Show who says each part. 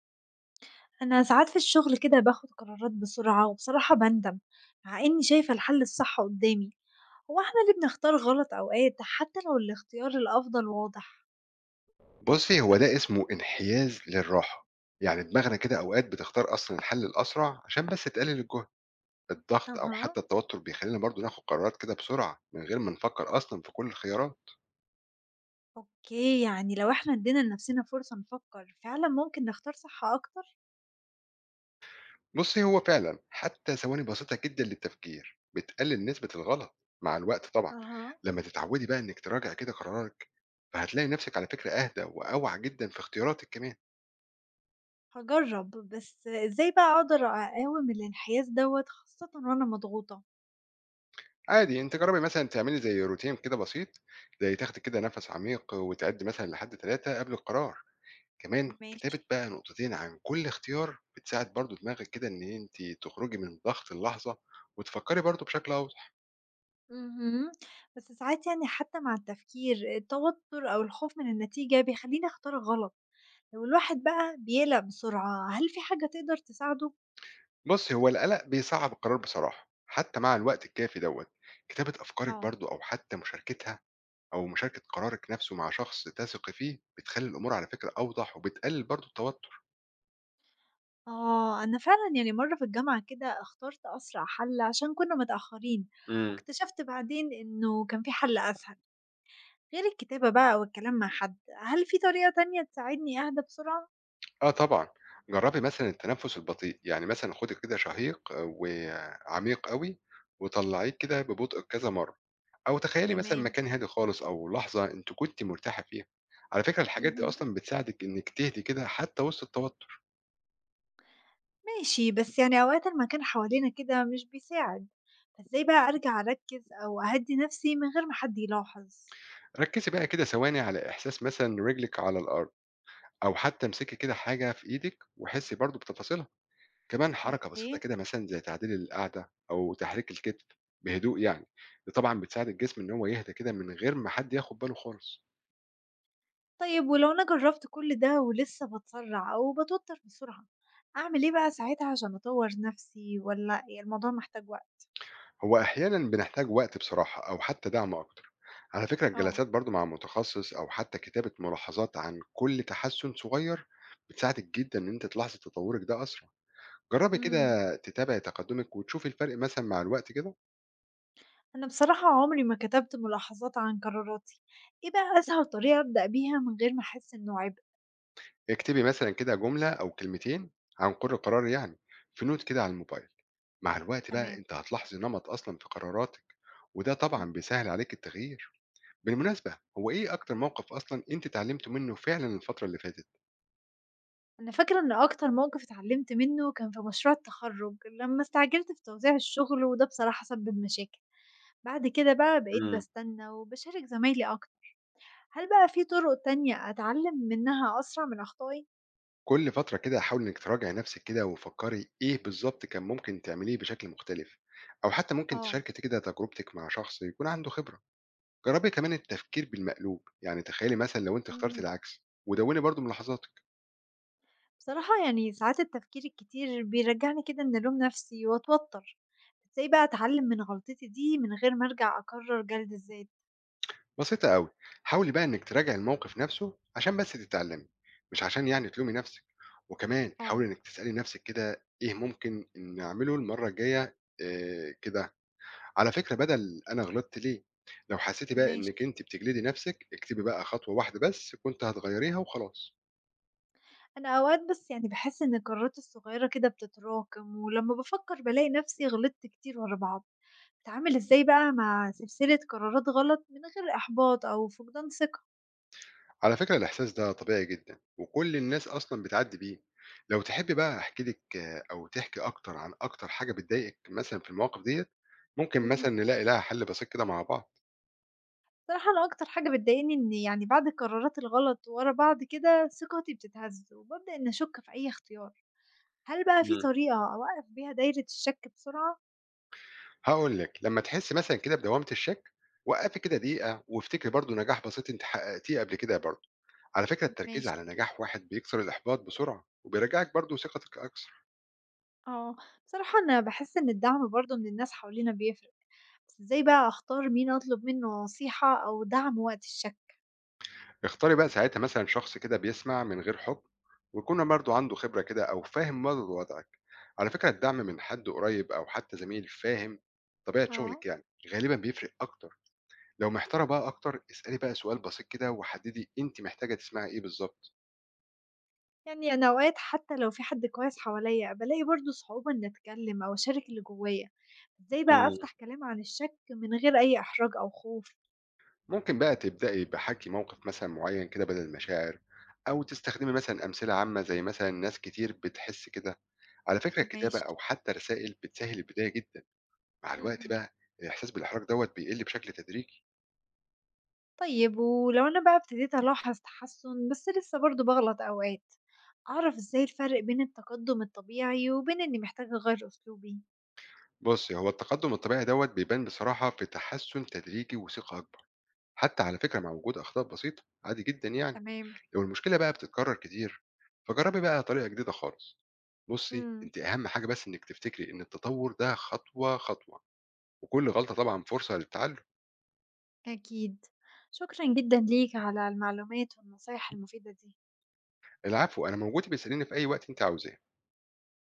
Speaker 1: أنا ساعات في الشغل كده باخد قرارات بسرعة وبصراحة بندم، مع إني شايفة الحل الصح قدامي. هو احنا اللي بنختار غلط أوقات حتى لو الاختيار الأفضل واضح؟
Speaker 2: بُصّي، هو ده اسمه انحياز للراحة، يعني دماغنا كده أوقات بتختار أصلًا الحل الأسرع عشان بس تقلل الجهد، الضغط أو
Speaker 1: أها.
Speaker 2: حتى التوتر بيخلّينا برضه ناخد قرارات كده بسرعة من غير ما نفكّر أصلًا في كل الخيارات.
Speaker 1: أوكي، يعني لو احنا ادينا لنفسنا فرصة نفكر فعلا ممكن نختار صح أكتر.
Speaker 2: بُصّي، هو فعلًا حتى ثواني بسيطة جدًا للتفكير بتقلل نسبة الغلط مع الوقت طبعًا،
Speaker 1: أها.
Speaker 2: لمّا تتعودي بقى إنِّك تراجعي كده قرارك، فهتلاقي نفسِك على فكرة أهدى وأوعى جدًا في اختياراتِك كمان.
Speaker 1: هجرب. بس إزاي بقى أقدر أقاوم الانحياز دوت خاصة وأنا مضغوطة؟
Speaker 2: عادي أنتِ جرّبي مثلًا تعملي زي روتين كده بسيط، زي تاخدي كده نَفَس عميق وتعدّي مثلًا لحد 3 قبل القرار، كمان كتابة
Speaker 1: ماشي.
Speaker 2: بقى نقطتين عن كل اختيار بتساعد برضه دماغِك كده إن أنتِ تخرجي من ضغط اللحظة وتفكّري برضه بشكل أوضح.
Speaker 1: مهم. بس ساعات يعني حتى مع التفكير التوتر أو الخوف من النتيجة بيخليني أختار غلط. لو الواحد بقى بيقلق بسرعة، هل في حاجة تقدر تساعده؟
Speaker 2: بُصّي، هو القلق بيصعّب القرار بصراحة، حتى مع الوقت الكافي دوّة. كتابة أفكارِك
Speaker 1: اه.
Speaker 2: برضه أو حتى مشاركتها، أو مشاركة قرارِك نَفْسه مع شخص تثقي فيه، بتخلّي الأمور على فكرة أوضح وبتقلّل برضه التوتر.
Speaker 1: آه، أنا فعلا يعني مرة في الجامعة كده اخترت أسرع حل عشان كنا متأخرين،
Speaker 2: إمم.
Speaker 1: واكتشفت بعدين إنه كان في حل أسهل. غير الكتابة بقى أو الكلام مع حد هل في طريقة تانية تساعدني أهدى بسرعة؟
Speaker 2: آه طبعًا، جرّبي مثلًا التنفس البطيء، يعني مثلًا خُدي كده شهيق وعميق أوي وطلّعيه كده ببطء كذا مرّة، أو تخيّلي مثلًا
Speaker 1: تمام.
Speaker 2: مكان هادي خالص أو لحظة أنتِ كنتِ مرتاحة فيها. على فكرة الحاجات دي
Speaker 1: مهم.
Speaker 2: أصلًا بتساعدِك إنِّك تهدي كده حتى وسط التوتر.
Speaker 1: ماشي، بس يعني أوقات المكان حوالينا كده مش بيساعد، فازاي بقى أرجع أركز أو أهدي نفسي من غير ما حد يلاحظ؟
Speaker 2: ركّزي بقى كده ثواني على إحساس مثلًا رجلِك على الأرض، أو حتى امسكي كده حاجة في إيدِك وحسّي برضه بتفاصيلها. كمان حركة بسيطة
Speaker 1: اوكي.
Speaker 2: كده مثلًا زي تعديل القعدة أو تحريك الكتف بهدوء يعني، دي طبعًا بتساعد الجسم إن هو يهدى كده من غير ما حد ياخد باله خالص.
Speaker 1: طيب ولو أنا جرّبت كل ده ولسه باتسرّع أو باتوتّر بسرعة، أعمل إيه بقى ساعتها عشان أطوّر نَفْسي والّا ي الموضوع محتاج وقت؟
Speaker 2: هو أحيانًا بنحتاج وقت بصراحة أو حتى دعم أكتر. على فكرة
Speaker 1: آه.
Speaker 2: الجلسات برضه مع متخصص أو حتى كتابة ملاحظات عن كل تحسن صغير بتساعدِك جدًا إن أنتِ تلاحظي تطورِك ده أسرع. جربي
Speaker 1: إمم.
Speaker 2: كده تتابعي تقدمِك وتشوفي الفرق مثلًا مع الوقت كده.
Speaker 1: أنا بصراحة عمري ما كتبت ملاحظات عن قراراتي، إيه بقى أسهل طريقة أبدأ بيها من غير ما أحس إنه عبء؟
Speaker 2: اكتبي مثلًا كده جملة أو كلمتين عن كل قرار يعني في نوت كده على الموبايل. مع الوقت بقى
Speaker 1: تمام.
Speaker 2: أنت هتلاحظ نمط أصلا في قراراتك، وده
Speaker 1: إمم.
Speaker 2: طبعا بيسهل عليك التغيير. بالمناسبة، هو إيه أكتر موقف أصلا أنت اتعلمت منه فعلا الفترة اللي فاتت؟
Speaker 1: أنا فاكرة إن أكتر موقِف اتعلّمت منّه كان في مشروع التخرُّج لمّا استعجلت في توزيع الشغل وده بصراحة سبِّب مشاكل، بعد كده بقى بقيت
Speaker 2: امم.
Speaker 1: باستنّى وباشارك زمايلي أكتر. هل بقى في طرق تانية أتعلم منها أسرع من أخطائي؟
Speaker 2: كل فترة كده حاول إنك تراجع نفسك كده وفكري إيه بالظبط كان ممكن تعمليه بشكل مختلف، أو حتى ممكن
Speaker 1: آه.
Speaker 2: تشاركي كده تجربتك مع شخص يكون عنده خبرة. جربي كمان التفكير بالمقلوب، يعني تخيلي مثلا لو أنت اخترت
Speaker 1: اهم.
Speaker 2: العكس ودوني برضو ملاحظاتك.
Speaker 1: بصراحة يعني ساعات التفكير الكتير بيرجعني كده إني ألوم نفسي وأتوتر، إزاي بقى أتعلم من غلطتي دي من غير ما أرجع أكرر جلد الذات؟
Speaker 2: بسيطة أوي، حاولي بقى إنِك تراجعي الموقف نفسه عشان بس تتعلمي، مش عشان يعني تلومي نفسك، وكمان حاولي
Speaker 1: آه.
Speaker 2: إنِك تسألي نفسك كده إيه ممكن نعمله المرة الجاية كده، على فكرة بدل أنا غلطت ليه. لو حسيتِ بقى إنِك
Speaker 1: ماشي.
Speaker 2: أنتِ بتجلدي نفسك اكتبي بقى خطوة واحدة بس كنت هتغيريها وخلاص.
Speaker 1: أنا أوقات بس يعني بحس إن القرارات الصغيرة كده بتتراكم ولما بفكر بلاقي نفسي غلطت كتير ورا بعض، أتعامل إزاي بقى مع سلسلة قرارات غلط من غير إحباط أو فقدان ثقة؟
Speaker 2: على فكرة الإحساس ده طبيعي جدًا وكل الناس أصلًا بتعدي بيه، لو تحبي بقى أحكي لِك آه، أو تحكي أكتر عن أكتر حاجة بتضايقِك مثلًا في المواقف ديّة، ممكن مثلًا
Speaker 1: مهم.
Speaker 2: نلاقي لها حل بسيط كده مع بعض.
Speaker 1: بصراحة أنا أكتر حاجة بتضايقني إن يعني بعد القرارات الغلط ورا بعض كده ثقتي بتتهز وببدأ إن أشك في أي اختيار. هل بقى في
Speaker 2: إمم.
Speaker 1: طريقة أوقف بيها دايرة الشك بسرعة؟
Speaker 2: هاقول لِك، لمّا تحسّي مثلًا كده بدوّامة الشَك، وقّفي كده دقيقة وافتكري برضه نجاح بسيط أنتِ حققتيه قبل كده برضه. على فكرة التركيز
Speaker 1: ماشي.
Speaker 2: على نجاح واحد بيكسر الإحباط بسرعة، وبيرجّعِك برضه ثقتِك أكثر.
Speaker 1: اه. بصراحة أنا بحس إن الدعم برضه من الناس حوالينا بيفرق، بس إزاي بقى أختار مين أطلب منه نصيحة أو دعم وقت الشك؟
Speaker 2: اختاري بقى ساعتها مثلًا شخص كده بيسمع من غير حُكم، ويكون برضه عنده خبرة كده أو فاهم برضه وضعِك. على فكرة الدعم من حد قريب أو حتى زميل فاهم طبيعة
Speaker 1: اه.
Speaker 2: شغلِك يعني، غالبًا بيفرق أكتر. لو محتارة بقى أكتر، اسألي بقى سؤال بسيط كده وحدّدي أنتِ محتاجة تسمعي إيه بالضبط.
Speaker 1: يعني أنا أوقات حتى لو في حد كويس حواليا بلاقي برضه صعوبة إن أتكلم أو أشارك اللي جوايا، إزاي بقى
Speaker 2: إمم.
Speaker 1: أفتح كلام عن الشك من غير أي إحراج أو خوف؟
Speaker 2: ممكن بقى تبدأي بحكي موقف مثلا معين كده بدل المشاعر، أو تستخدمي مثلا أمثلة عامة زي مثلا ناس كتير بتحس كده. على فكرة الكتابة
Speaker 1: ماشي.
Speaker 2: أو حتى رسائل بتسهل البداية جدا مع الوقت
Speaker 1: إمم.
Speaker 2: بقى. الإحساس بالإحراج دوت بيقل بشكل تدريجي.
Speaker 1: طيب ولو أنا بقى ابتديت ألاحظ تحسُّن بس لسه برضه باغلط أوقات، أعرف إزاي الفرق بين التقدُّم الطبيعي وبين إنّي محتاجة أغيّر أسلوبي؟
Speaker 2: بص، هو التقدم الطبيعي دوت بيبان بصراحة في تحسن تدريجي وثقة أكبر، حتى على فكرة مع وجود أخطاء بسيطة عادي جدا يعني.
Speaker 1: تمام.
Speaker 2: لو المشكلة بقى بتتكرر كتير فجربي بقى طريقة جديدة خالص. بصي
Speaker 1: إمم.
Speaker 2: انت اهم حاجه بس انك تفتكري ان التطور ده خطوه خطوه، وكل غلطة طبعًا فرصة للتعلم.
Speaker 1: أكيد. شكرًا جدًا ليك على المعلومات والنصايح المفيدة دي.
Speaker 2: العفو، أنا موجود، ابقي اسأليني في أي وقت أنتِ عاوزاه.